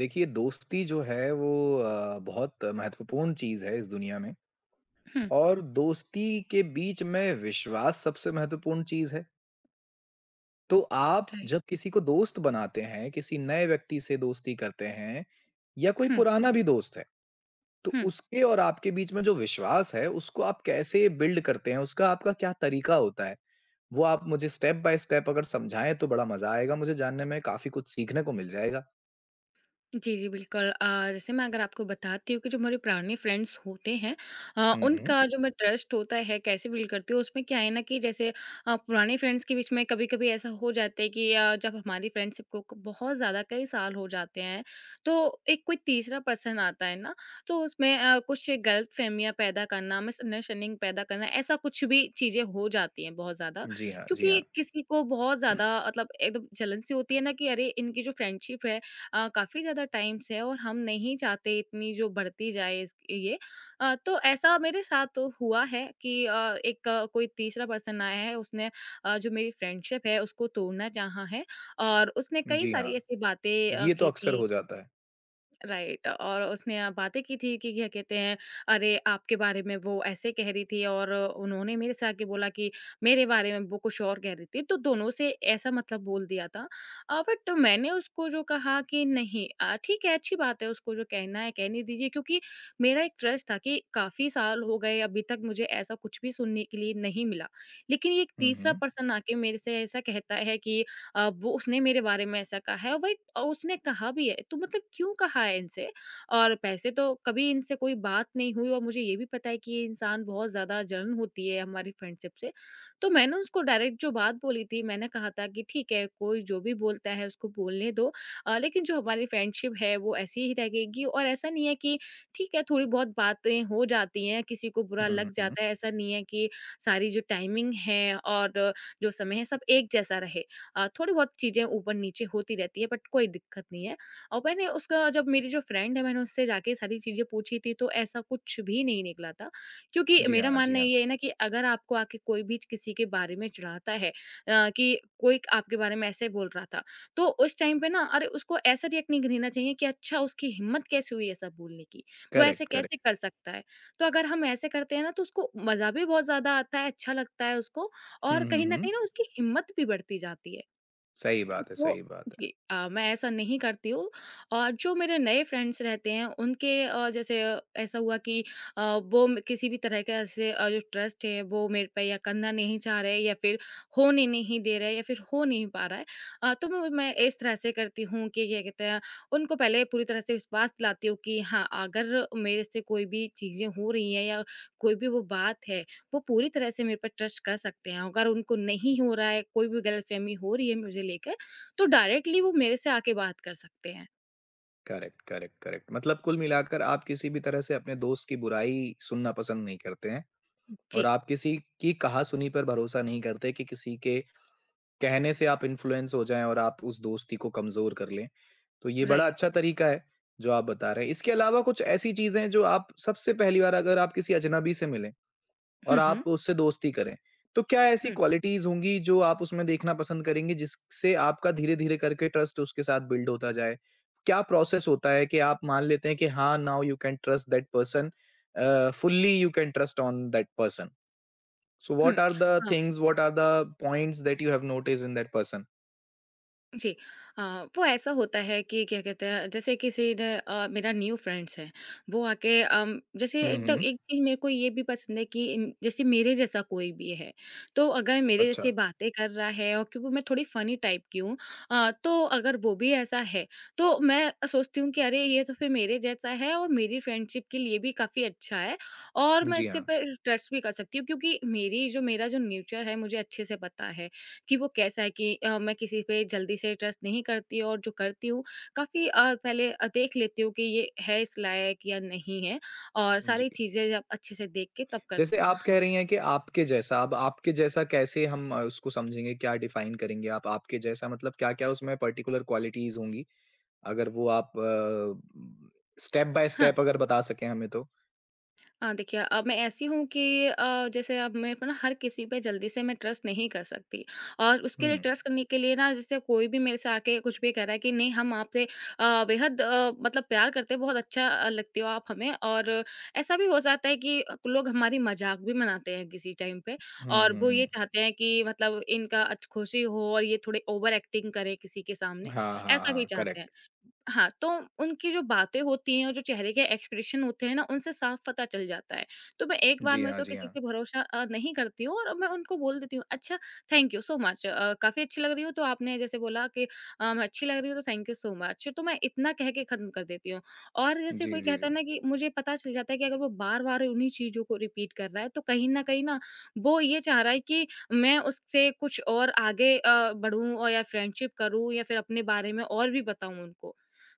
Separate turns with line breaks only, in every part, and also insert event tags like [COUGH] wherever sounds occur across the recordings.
देखिए, दोस्ती जो है वो बहुत महत्वपूर्ण चीज़ है इस दुनिया में
Hmm.
और दोस्ती के बीच में विश्वास सबसे महत्वपूर्ण चीज़ है। तो आप
Right.
जब किसी को दोस्त बनाते हैं, किसी नए व्यक्ति से दोस्ती करते हैं या कोई
Hmm.
पुराना भी दोस्त है, तो
Hmm.
उसके और आपके बीच में जो विश्वास है, उसको आप कैसे बिल्ड करते हैं? उसका आपका क्या तरीका होता है? वो आप मुझे स्टेप बाय स्टेप अगर समझाएँ तो बड़ा मज़ा आएगा मुझे जानने में, काफ़ी कुछ सीखने को मिल जाएगा।
जी, जी, बिल्कुल। जैसे मैं अगर आपको बताती हूँ कि जो हमारे पुराने फ्रेंड्स होते हैं
हुँ, हुँ।
उनका जो मैं ट्रस्ट होता है कैसे बिल्ड करती हूँ, उसमें क्या है ना कि जैसे पुराने फ्रेंड्स के बीच में कभी-कभी ऐसा हो जाता है कि जब हमारी फ्रेंडशिप को क बहुत ज़्यादा कई साल हो जाते हैं, तो एक कोई तीसरा पर्सन आता है ना, तो उसमें कुछ गलतफ़हमियाँ पैदा करना, मिसअंडरस्टैंडिंग पैदा करना, ऐसा कुछ भी चीज़ें हो जाती हैं बहुत ज़्यादा।
जी हाँ, जी
क्योंकि
हाँ।
किसी को बहुत ज़्यादा मतलब एकदम जलन सी होती है ना कि अरे! इनकी जो फ्रेंडशिप है काफ़ी ज़्यादा टाइम से है और हम नहीं चाहते इतनी जो बढ़ती जाए ये। तो ऐसा मेरे साथ तो हुआ है कि एक कोई तीसरा पर्सन आया है, उसने जो मेरी फ्रेंडशिप है उसको तोड़ना चाहा है और उसने कई
जी हाँ।
सारी ऐसी बातें
ये तो
की
अक्सर
थी।
हो जाता है।
राइट। और उसने बातें की थी कि क्या कहते हैं, अरे आपके बारे में वो ऐसे कह रही थी, और उन्होंने मेरे से आके बोला कि मेरे बारे में वो कुछ और कह रही थी, तो दोनों से ऐसा मतलब बोल दिया था। बट मैंने उसको जो कहा कि नहीं ठीक है, अच्छी बात है, उसको जो कहना है कहने दीजिए, क्योंकि मेरा एक ट्रस्ट था कि काफी साल हो गए अभी तक मुझे ऐसा कुछ भी सुनने के लिए नहीं मिला। लेकिन ये एक
हुँ,
तीसरा
हुँ।
पर्सन आके मेरे से ऐसा कहता है कि वो उसने मेरे बारे में ऐसा कहा है, और वही और उसने कहा भी है तो मतलब क्यों कहा है इनसे, और पैसे तो कभी इनसे कोई बात नहीं हुई, और मुझे ये भी पता है कि ये इंसान बहुत ज़्यादा जलन होती है हमारी फ्रेंडशिप से। तो मैंने उसको डायरेक्ट जो बात बोली थी, मैंने कहा था कि ठीक है कोई जो भी बोलता है उसको बोलने दो, लेकिन जो हमारी फ्रेंडशिप है वो ऐसी ही रहेगी, और ऐसा नहीं है कि ठीक है थोड़ी बहुत बातें हो जाती हैं, किसी को बुरा
हुँ, हुँ,
लग
हुँ।
जाता है, ऐसा नहीं है कि सारी जो टाइमिंग है और जो समय है सब एक जैसा रहे। थोड़ी बहुत चीज़ें ऊपर-नीचे होती रहती है बट कोई दिक्कत नहीं है। और मैंने उसका, जब मेरी जो फ्रेंड है मैंने उससे जाके सारी चीज़ें पूछी थी, तो ऐसा कुछ भी नहीं निकला था। क्योंकि
जी
मेरा
हाँ, जी
मानना
हाँ।
ये है ना कि अगर आपको आके कोई भी किसी के बारे में चिढ़ाता है कि कोई आपके बारे में ऐसे बोल रहा था, तो उस टाइम पे ना, अरे उसको ऐसा रिएक्ट नहीं देना चाहिए कि अच्छा उसकी हिम्मत कैसे हुई ऐसा बोलने की, वो ऐसे
करेक्ट, करेक्ट।
कैसे कर सकता है? तो अगर हम ऐसे करते हैं ना, तो उसको मज़ा भी बहुत ज़्यादा आता है, अच्छा लगता है उसको, और
हुँ, हुँ,
कहीं न
हुँ।
कहीं ना उसकी हिम्मत भी बढ़ती जाती है।
सही बात है,
तो
सही बात है।
जी, मैं ऐसा नहीं करती हूँ। और जो मेरे नए फ्रेंड्स रहते हैं उनके जैसे ऐसा हुआ कि अ, वो किसी भी तरह का ऐसे जो ट्रस्ट है वो मेरे पे या करना नहीं चाह रहे या फिर होने नहीं दे रहे या फिर हो नहीं पा रहा है। तो मैं इस तरह से करती हूँ कि क्या कहते हैं, उनको पहले पूरी तरह से विश्वास दिलाती हूँ कि हाँ अगर मेरे से कोई भी चीज़ें हो रही हैं या कोई भी वो बात है, वो पूरी तरह से मेरे पर ट्रस्ट कर सकते हैं, अगर उनको नहीं हो रहा है, कोई भी गलतफहमी हो रही है मुझे लेकर, तो डायरेक्टली वो मेरे से आके बात कर सकते हैं।
Correct, correct, correct. मतलब कुल मिलाकर आप किसी भी तरह से अपने दोस्त की बुराई सुनना पसंद नहीं करते हैं
जी,
और आप किसी की कहा-सुनी पर भरोसा नहीं करते कि किसी के कहने से आप इन्फ्लुएंस हो जाएँ और आप उस दोस्ती को कमज़ोर कर लें। तो ये बड़ा
राइट।
अच्छा तरीका है, जो आप बता रहे हैं। इसके अलावा कुछ ऐसी चीज़ें हैं जो आप सबसे पहली बार अगर आप किसी अजनबी से मिलें, और
हुँ,
आप
हुँ।
उससे दोस्ती करें। तो क्या ऐसी
हुँ,
क्वालिटीज़ होंगी जो आप उसमें देखना पसंद करेंगे जिससे आपका धीरे-धीरे करके ट्रस्ट उसके साथ बिल्ड होता जाए? क्या प्रोसेस होता है कि आप मान लेते हैं कि हाँ, now you can trust that person fully you can trust on that person? So
हुँ।
व्हाट आर द
हाँ।
Things, what are the points that you have noticed in that person?
जी, अ, वो ऐसा होता है कि क्या कहते हैं, जैसे किसी ने मेरा न्यू फ्रेंड्स है, वो आके जैसे
हुँ,
एकदम
हुँ।
एक चीज मेरे को ये भी पसंद है कि जैसे मेरे जैसा कोई भी है, तो अगर मेरे
अच्छा।
जैसे बातें कर रहा है, और क्योंकि मैं थोड़ी फनी टाइप की हूँ तो अगर वो भी ऐसा है, तो मैं सोचती हूँ कि अरे ये तो फिर मेरे जैसा है और मेरी फ्रेंडशिप के लिए भी काफी अच्छा है, और मैं
जी
इससे
हाँ।
पर ट्रस्ट भी कर सकती हूँ, क्योंकि मेरी जो मेरा जो नेचर है मुझे अच्छे से पता है कि वो कैसा है, कि मैं किसी पे जल्दी से ट्रस्ट नहीं करती और जो करती हूँ काफ़ी पहले देख लेती हूँ कि ये है इस लायक या नहीं है, और
जी।
सारी चीज़ें जब अच्छे से देख के तब
जैसे
करती हूँ।
आप कह रही हैं कि आपके जैसा, अब आपके जैसा कैसे हम उसको समझेंगे, क्या डिफ़ाइन करेंगे आप? आपके जैसा मतलब क्या-क्या उसमें पर्टिकुलर क्वालिटीज़ होंगी? अगर वो आप स्टेप बाय
हाँ।
स्टेप अगर बता सकें हमें तो।
हाँ, देखिए अब मैं ऐसी हूँ कि जैसे अब मेरे को ना हर किसी पे जल्दी से मैं ट्रस्ट नहीं कर सकती, और उसके
हुँ।
लिए ट्रस्ट करने के लिए ना, जैसे कोई भी मेरे से आके कुछ भी कह रहा है कि नहीं हम आपसे बेहद मतलब प्यार करते हैं, बहुत अच्छा लगते हो आप हमें, और ऐसा भी हो जाता है कि लोग हमारी मजाक भी मनाते हैं किसी टाइम पे,
हुँ,
और
हुँ,
वो
हुँ।
ये चाहते हैं कि मतलब इनका खुशी हो और ये थोड़े ओवर एक्टिंग करें किसी के सामने,
हाँ, हाँ,
ऐसा भी
हाँ,
चाहते हैं।
करेक्ट।
हाँ, तो उनकी जो बातें होती हैं और जो चेहरे के एक्सप्रेशन होते हैं ना, उनसे साफ पता चल जाता है। तो मैं एक बार
जी
में
हाँ,
से
जी
किसी
हाँ।
पे भरोसा नहीं करती हूँ और मैं उनको बोल देती हूँ, "अच्छा, थैंक यू सो मच, काफ़ी अच्छी लग रही हो।" तो आपने जैसे बोला कि "मैं अच्छी लग रही हूँ, तो थैंक यू सो मच।" तो मैं इतना कह के ख़त्म कर देती हूँ। और जैसे
जी,
कोई
जी,
कहता
जी।
है ना कि मुझे पता चल जाता है कि अगर वो बार-बार उन्हीं चीज़ों को रिपीट कर रहा है, तो कहीं न कहीं ना, वो ये चाह रहा है कि मैं उससे कुछ और आगे बढ़ूँ और या फ्रेंडशिप करूँ या फिर अपने बारे में और भी बताऊँ उनको।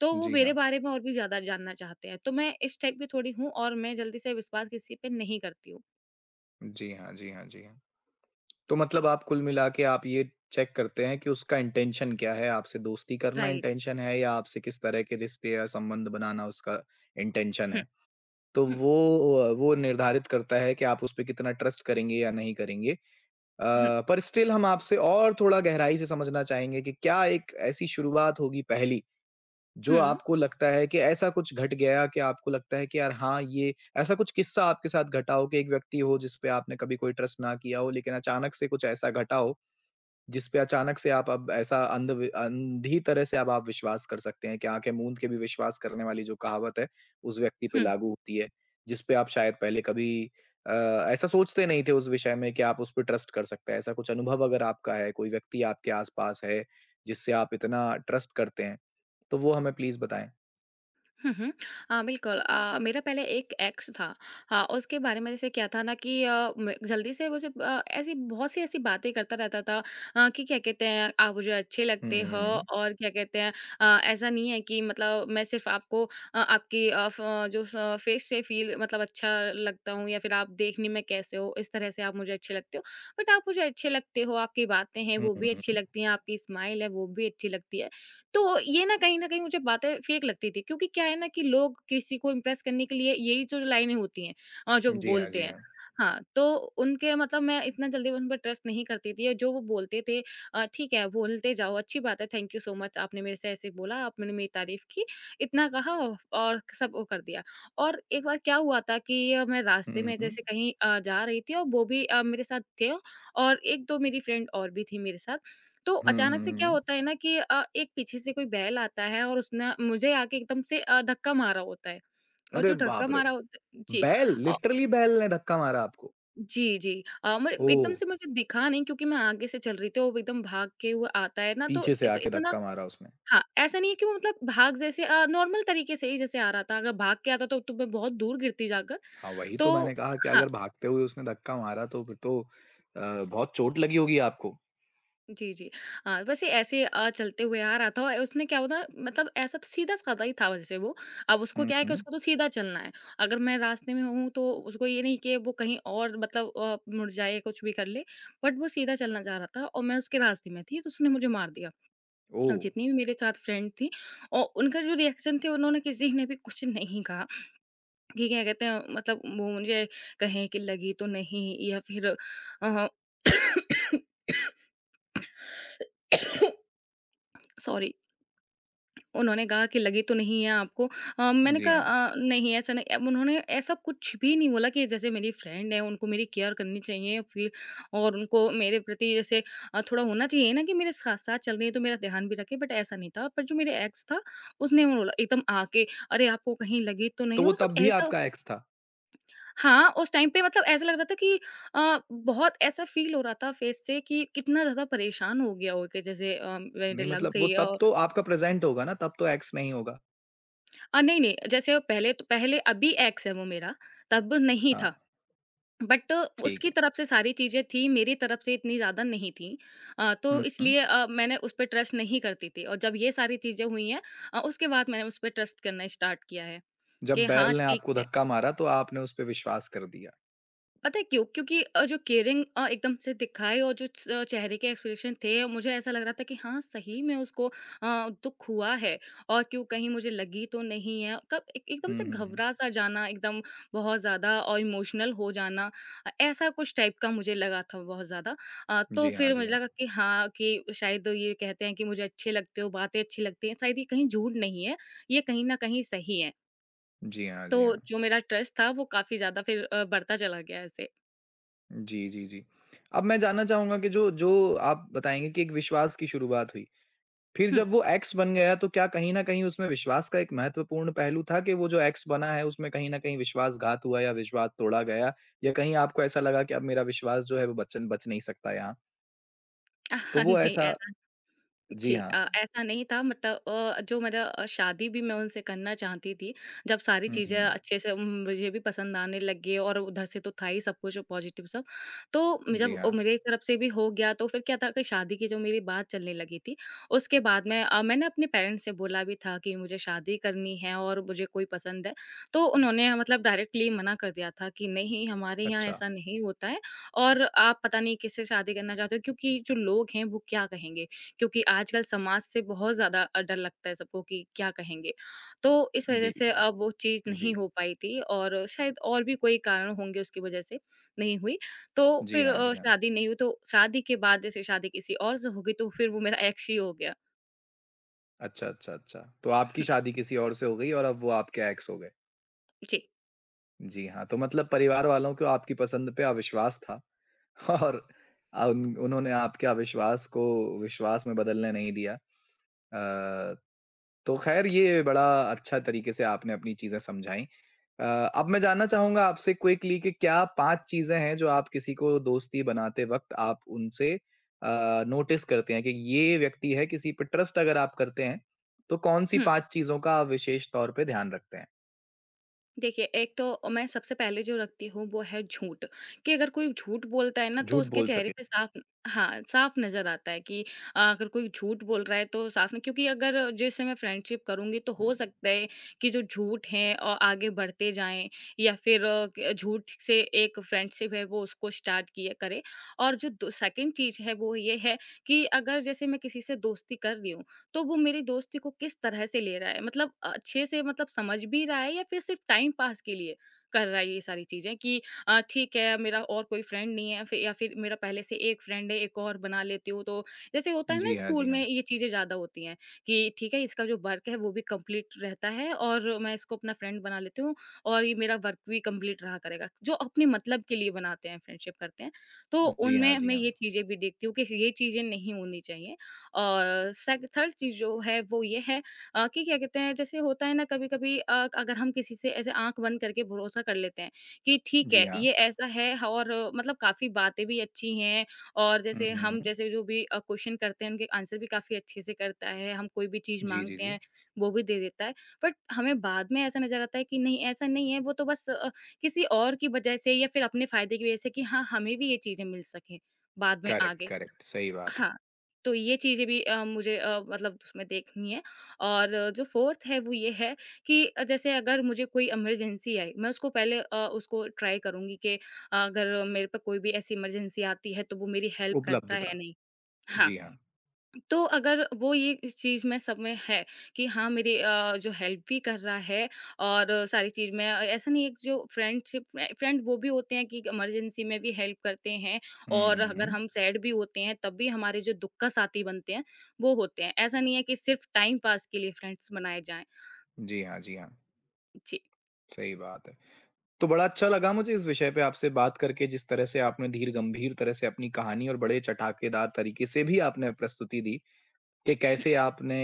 तो वो
जी
मेरे
हाँ।
बारे में और भी ज़्यादा जानना चाहते हैं। तो मैं इस टाइप की थोड़ी हूँ और मैं जल्दी से विश्वास किसी पे नहीं करती हूँ।
जी हाँ, जी हाँ, जी हाँ। तो
जी,
मतलब आप कुल मिला के आप ये चेक करते हैं कि उसका इंटेंशन क्या है? आपसे दोस्ती करना
राइट।
इंटेंशन है या आपसे किस तरह के रिश्ते या संबंध बनाना उसका इंटेंशन
हुँ,
है? तो
हुँ,
वो वो निर्धारित करता है कि आप उस पे कितना ट्रस्ट करेंगे या नहीं करेंगे।
हुँ,
पर स्टिल हम आपसे और थोड़ा गहराई से समझना चाहेंगे कि क्या एक ऐसी शुरुआत होगी पहली, जो
हुँ,
आपको लगता है कि ऐसा कुछ घट गया कि आपको लगता है कि यार हाँ, ये ऐसा कुछ किस्सा आपके साथ घटा हो कि एक व्यक्ति हो जिस पे आपने कभी कोई ट्रस्ट ना किया हो, लेकिन अचानक से कुछ ऐसा घटा हो जिस पे अचानक से आप अब ऐसा अंधी तरह से अब आप विश्वास कर सकते हैं कि आँखें मूंद के भी विश्वास करने वाली जो कहावत है, उस व्यक्ति पे
हुँ।
लागू होती है, जिस पे आप शायद पहले कभी अ, ऐसा सोचते नहीं थे उस विषय में कि आप उस पे ट्रस्ट कर सकते हैं। ऐसा कुछ अनुभव अगर आपका है, कोई व्यक्ति आपके आस-पास है, जिससे आप इतना ट्रस्ट करते हैं, तो वो हमें प्लीज़ बताएँ?
हुँ, हुँ। बिल्कुल, मेरा पहले एक एक्स था। हाँ, उसके बारे में जैसे क्या था ना कि मैं जल्दी से, मुझे ऐसी बहुत-सी ऐसी बातें करता रहता था, कि क्या कहते हैं, आप मुझे अच्छे
हुँ,
लगते
हुँ,
हो
हुँ।
और क्या कहते हैं ऐसा नहीं है कि मतलब मैं सिर्फ़ आपको आपकी अ, फ आ, जो स फेस से फ़ील मतलब अच्छा लगता हूँ, या फिर आप देखने में कैसे हो, इस तरह से आप मुझे अच्छे लगते हो। बट आप मुझे अच्छे लगते हो, आपकी बातें हैं
हुँ,
वो भी
हुँ,
अच्छी लगती हैं, आपकी स्माइल है वो भी अच्छी लगती है। तो ये ना कहीं न कहीं मुझे बातें फेक लगती थी, क्योंकि क्या है ना कि लोग किसी को इम्प्रेस करने के लिए यही जो लाइनें होती हैं जो
हुँ।
वो
जी हाँ,
बोलते
जी
हैं।
हाँ।
हाँ, तो उनके मतलब मैं इतना जल्दी उन पर ट्रस्ट नहीं करती थी और जो वो बोलते थे, ठीक है, बोलते जाओ अच्छी बात है, थैंक यू सो मच आपने मेरे से ऐसे बोला, आपने मेरी तारीफ़ की, इतना कहा और सब वो कर दिया। और एक बार क्या हुआ था कि मैं रास्ते
हुँ,
में
हुँ।
जैसे कहीं जा रही थी और वो भी मेरे साथ थे, और 1-2 मेरी फ्रेंड और भी थी मेरे साथ। तो
हुँ,
अचानक
हुँ,
से क्या
हुँ।
होता है ना कि एक पीछे से कोई बैल आता है और उसने मुझे आके एकदम से धक्का मारा होता है, और
अरे
जो धक्का
बाप रे!
मारा होता है। जी,
बैल,
अ,
लिटरली बैल ने धक्का मारा आपको?
जी, जी। मैं
ओह!
एकदम से, मुझे दिखा नहीं क्योंकि मैं आगे से चल रही थी और वो एकदम भागते हुए आता है ना, तो
पीछे से
तो
आके
इतना।
धक्का मारा उसने।
हाँ, ऐसा नहीं है कि वो मतलब भाग जैसे नॉर्मल तरीके से ही जैसे आ रहा था। अगर भाग के आता तो मैं बहुत दूर गिरती जाकर।
हाँ, वही तो
तो
मैंने कहा कि
हाँ।
अगर भागते हुए उसने धक्का मारा तो फिर तो बहुत चोट लगी होगी आपको।
जी, जी। हाँ, वैसे ऐसे चलते हुए आ रहा था, और उसने क्या हुआ ना, मतलब ऐसा तो सीधा-साधा ही था वैसे वो। अब उसको
हुँ,
क्या है कि
हुँ।
उसको तो सीधा चलना है। अगर मैं रास्ते में हूँ तो उसको ये नहीं कि वो कहीं और मतलब मुड़ जाए या कुछ भी कर ले। बट वो सीधा चलना चाह रहा था और मैं उसके रास्ते में थी तो उसने मुझे मार दिया। अब
ओह!
जितनी भी मेरे साथ फ्रेंड थी और उनका जो रिएक्शन थे, उन्होंने किसी ने भी कुछ नहीं कहा कि क्या कहते हैं, मतलब वो मुझे कहें कि लगी तो नहीं या फिर अ, सॉरी। [COUGHS] उन्होंने कहा कि लगी तो नहीं है आपको, मैंने
जी
कहा
हाँ।
नहीं ऐसा नहीं। अब उन्होंने ऐसा कुछ भी नहीं बोला कि जैसे मेरी फ्रेंड है, उनको मेरी केयर करनी चाहिए फिर, और उनको मेरे प्रति जैसे थोड़ा होना चाहिए ना कि मेरे साथ साथ चल रही है तो मेरा ध्यान भी रखे। बट ऐसा नहीं था। पर जो मेरे एक्स था उसने वो बोला एकदम आके, अरे आपको कहीं लगी तो
तो
नहीं हो,
वो तब
मतलब
भी
ऐसा।
आपका एक्स था?
हाँ, उस टाइम पे मतलब ऐसा लग रहा था कि बहुत ऐसा फील हो रहा था फेस से कि कितना ज्यादा परेशान हो गया हो कि जैसे मेरे
नहीं
लग
मतलब वो
गई है।
तब तो आपका प्रेज़ेंट होगा ना, तब तो एक्स नहीं होगा?
नहीं, नहीं, जैसे पहले तो पहले अभी एक्स है वो मेरा, तब नहीं
हाँ,
था। बट
ठीक
उसकी
है।
तरफ से सारी चीज़ें थी, मेरी तरफ से इतनी ज़्यादा नहीं थी। तो
हुँ, हुँ।
इसलिए मैंने उस पे ट्रस्ट नहीं करती थी और जब ये सारी चीज़ें हुई हैं उसके बाद मैंने उस पे ट्रस्ट करना स्टार्ट किया है
जब
कि हाँ,
बैल ने
ठीक
आपको
है।
धक्का मारा तो आपने उस पे विश्वास कर दिया।
पता है क्यों? क्योंकि जो केयरिंग एकदम से दिखाए और जो चेहरे के एक्सप्रेशन थे, मुझे ऐसा लग रहा था कि हाँ, सही में उसको दुःख हुआ है और क्यों कहीं मुझे लगी तो नहीं है। कब एक एकदम
हुँ,
से
हुँ, हुँ।
घबरा-सा जाना, एकदम बहुत ज़्यादा और इमोशनल हो जाना। ऐसा कुछ टाइप का मुझे लगा था बहुत ज़्यादा। तो
जी हाँ,
फिर
जी
मुझे
हाँ।
लगा कि हाँ, कि शायद ये कहते हैं कि मुझे अच्छे लगते हो, बातें अच्छी लगती हैं, शायद ये कहीं झूठ नहीं है, ये कहीं न कहीं सही है।
जी हाँ,
तो
जी हाँ।
जो मेरा ट्रस्ट था, वो काफ़ी ज़्यादा फिर बढ़ता चला गया ऐसे।
जी, जी, जी। अब मैं जानना चाहूँगा कि जो जो आप बताएँगे कि एक विश्वास की शुरुआत हुई। फिर
हुँ।
जब वो एक्स बन गया तो क्या कहीं न कहीं उसमें विश्वास का एक महत्वपूर्ण पहलू था कि वो जो एक्स बना है उसमें कहीं न कहीं विश्वासघात हुआ या विश्वास तोड़ा गया या कहीं आपको ऐसा लगा कि अब मेरा विश्वास जो है वो बचन बच नहीं सकता यहाँ?
[LAUGHS]
तो
Ah, no,
वो ऐसा
Ezra.
जी
जी
हाँ।
ऐसा नहीं था मतलब जो मेरा शादी भी मैं उनसे करना चाहती थी। जब सारी
हुँ,
चीज़ें
हुँ।
अच्छे से मुझे भी पसंद आने लग गई और उधर से तो था ही सब कुछ पॉज़िटिव सब। तो
जी
जब
हाँ।
मेरी तरफ से भी हो गया तो फिर क्या था कि शादी की जो मेरी बात चलने लगी थी, उसके बाद में मैंने अपने पेरेंट्स से बोला भी था कि मुझे शादी करनी है और मुझे कोई पसंद है। तो उन्होंने मतलब डायरेक्टली मना कर दिया था कि नहीं हमारे यहाँ
अच्छा।
ऐसा नहीं होता है और आप पता नहीं किससे शादी करना चाहते हो क्योंकि जो लोग हैं वो क्या कहेंगे? क्योंकि आजकल समाज से बहुत ज़्यादा डर लगता है सबको कि क्या कहेंगे। तो इस वजह
जी,
से अब वो चीज़
जी।
नहीं हो पाई थी और शायद और भी कोई कारण होंगे उसकी वजह से नहीं हुई। तो
जी
फिर
हाँ, जी हाँ।
शादी नहीं हुई तो शादी के बाद जैसे शादी किसी और से हो गई तो फिर वो मेरा एक्स ही हो गया।
अच्छा, अच्छा, अच्छा। तो आपकी
[LAUGHS]
शादी किसी और से हो गई और अब वो आपके एक्स हो गए।
जी।
जी हाँ, तो मतलब परिवार वालों को आपकी पसंद पे अविश्वास था। [LAUGHS] और उन उन्होंने आपके अविश्वास को विश्वास में बदलने नहीं दिया। अ, तो ख़ैर ये बड़ा अच्छा तरीके से आपने अपनी चीज़ें समझाई। अ, अब मैं जानना चाहूँगा आपसे क्विकली कि क्या 5 चीज़ें हैं जो आप किसी को दोस्ती बनाते वक़्त आप उनसे अ, नोटिस करते हैं कि ये व्यक्ति है किसी पे ट्रस्ट अगर आप करते हैं, तो कौन-सी
हुँ।
5 चीज़ों का आप विशेष तौर पे ध्यान रखते हैं?
देखिए, एक तो मैं सबसे पहले जो रखती हूँ वो है झूठ, कि अगर कोई झूठ बोलता है ना तो
झूठ
उसके
बोल
चेहरे
सके।
पे साफ, हाँ, साफ नज़र आता है कि अगर कोई झूठ बोल रहा है तो साफ न, क्योंकि अगर जैसे मैं फ्रेंडशिप करूँगी तो हो सकता है कि जो झूठ है आगे बढ़ते जाएँ या फिर क झूठ से एक फ्रेंडशिप है वो उसको स्टार्ट किया करे। और जो दो सेकंड चीज़ है वो ये है कि अगर जैसे मैं किसी से दोस्ती कर रही हूँ तो वो मेरी दोस्ती को किस तरह से ले रहा है, मतलब अच्छे से मतलब समझ भी रहा है या फिर सिर्फ टाइम पास के लिए कर रहा है, ये सारी चीजें कि ठीक है मेरा और कोई फ्रेंड नहीं है फिर या फिर मेरा पहले से एक फ्रेंड है एक और बना लेती हूँ, तो जैसे होता है ना
जी हाँ, जी
स्कूल में
हाँ।
ये चीजें ज्यादा होती हैं कि ठीक है इसका जो वर्क है वो भी कंप्लीट रहता है और मैं इसको अपना फ्रेंड बना लेती हूँ और ये मेरा वर्क भी कंप्लीट रहा करेगा। जो अपने मतलब के लिए बनाते हैं फ्रेंडशिप करते हैं तो
जी हाँ,
उनमें
जी
मैं
हाँ।
ये चीजें भी देखती हूँ कि ये चीजें नहीं होनी चाहिए। और सेक थर्ड चीज़ जो है वो ये है कि क्या कहते हैं जैसे होता है ना कभी-कभी अगर हम किसी से ऐसे आँख बंद करके भरोसा कर लेते हैं कि ठीक
जी
है,
हाँ।
ये ऐसा है ह और मतलब काफ़ी बातें भी अच्छी हैं और
हुँ,
जैसे
हुँ,
हम
हुँ।
जैसे जो भी क्वेश्चन करते हैं उनके आंसर भी काफ़ी अच्छे से करता है, हम कोई भी चीज़
जी, जी,
माँगते
जी।
हैं वो भी दे देता है। बट हमें बाद में ऐसा नज़र आता है कि नहीं ऐसा नहीं है, वो तो बस किसी और की वजह से या फिर अपने फ़ायदे की वजह से कि हाँ, हमें भी ये चीज़ें मिल सकें बाद में
करेक्ट,
आगे।
करेक्ट, सही बात है।
हाँ, तो ये चीज़ें भी मुझे मतलब उसमें देखनी है और जो 4th है, वो ये है कि जैसे अगर मुझे कोई इमरजेंसी आई, मैं उसको पहले उसको ट्राई करूँगी कि अगर मेरे पे कोई भी ऐसी इमरजेंसी आती है, तो वो मेरी हेल्प करता है
उपलब्धता,
या नहीं। हाँ।
जी हाँ।
तो अगर वो ये इस चीज़ में सब में है कि हाँ मेरे जो हेल्प भी कर रहा है और सारी चीज़ में ऐसा नहीं है कि जो फ्रेंड वो भी होते हैं कि इमरजेंसी में भी हेल्प करते हैं
हुँ,
और
हुँ,
अगर
हुँ।
हम सैड भी होते हैं तब भी हमारे जो दुख का साथी बनते हैं वो होते हैं। ऐसा नहीं है कि सिर्फ टाइम पास के लिए फ्रेंड्स बनाए जाएं।
जी हाँ, जी हाँ,
जी।
सही बात है। तो बड़ा अच्छा लगा मुझे इस विषय पे आपसे बात करके, जिस तरह से आपने धीर गंभीर तरह से अपनी कहानी और बड़े चटाकेदार तरीके से भी आपने प्रस्तुति दी, कि कैसे
[LAUGHS]
आपने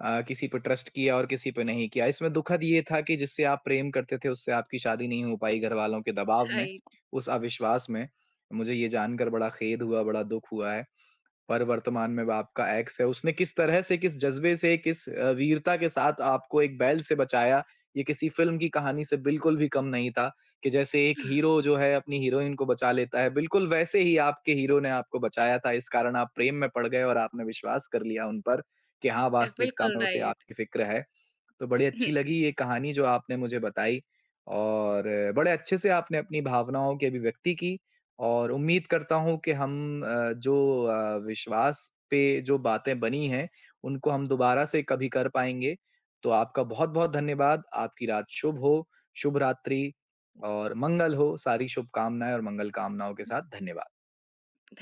किसी पे ट्रस्ट किया और किसी पे नहीं किया। इसमें दुखद ये था कि जिससे आप प्रेम करते थे, उससे आपकी शादी नहीं हो पाई घरवालों के दबाव में,
राइट।
उस अविश्वास में। मुझे ये जानकर बड़ा खेद हुआ, बड़ा दुःख हुआ है। पर वर्तमान में आपका एक्स है, उसने किस तरह से, किस जज़्बे से, किस वीरता के साथ आपको एक बैल से बचाया, ये किसी फ़िल्म की कहानी से बिल्कुल भी कम नहीं था कि जैसे एक हीरो जो है अपनी हीरोइन को बचा लेता है, बिल्कुल वैसे ही आपके हीरो ने आपको बचाया था। इस कारण आप प्रेम में पड़ गए और आपने विश्वास कर लिया उन पर कि हाँ, वास्तविकता
बिल्कुल
में उसे
राइट।
आपकी फ़िक्र है। तो बड़ी अच्छी
[LAUGHS]
लगी ये कहानी जो आपने मुझे बताई और बड़े अच्छे से आपने अपनी भावनाओं की अभिव्यक्ति की और उम्मीद करता हूँ कि हम विश्वास पे जो बातें बनी हैं, उनको हम दोबारा से कभी कर पाएँगे। तो आपका बहुत-बहुत धन्यवाद। आपकी रात शुभ हो, शुभ रात्रि और मंगल हो। सारी शुभकामनाएँ और मंगल कामनाओं के साथ धन्यवाद।
धन्यवाद।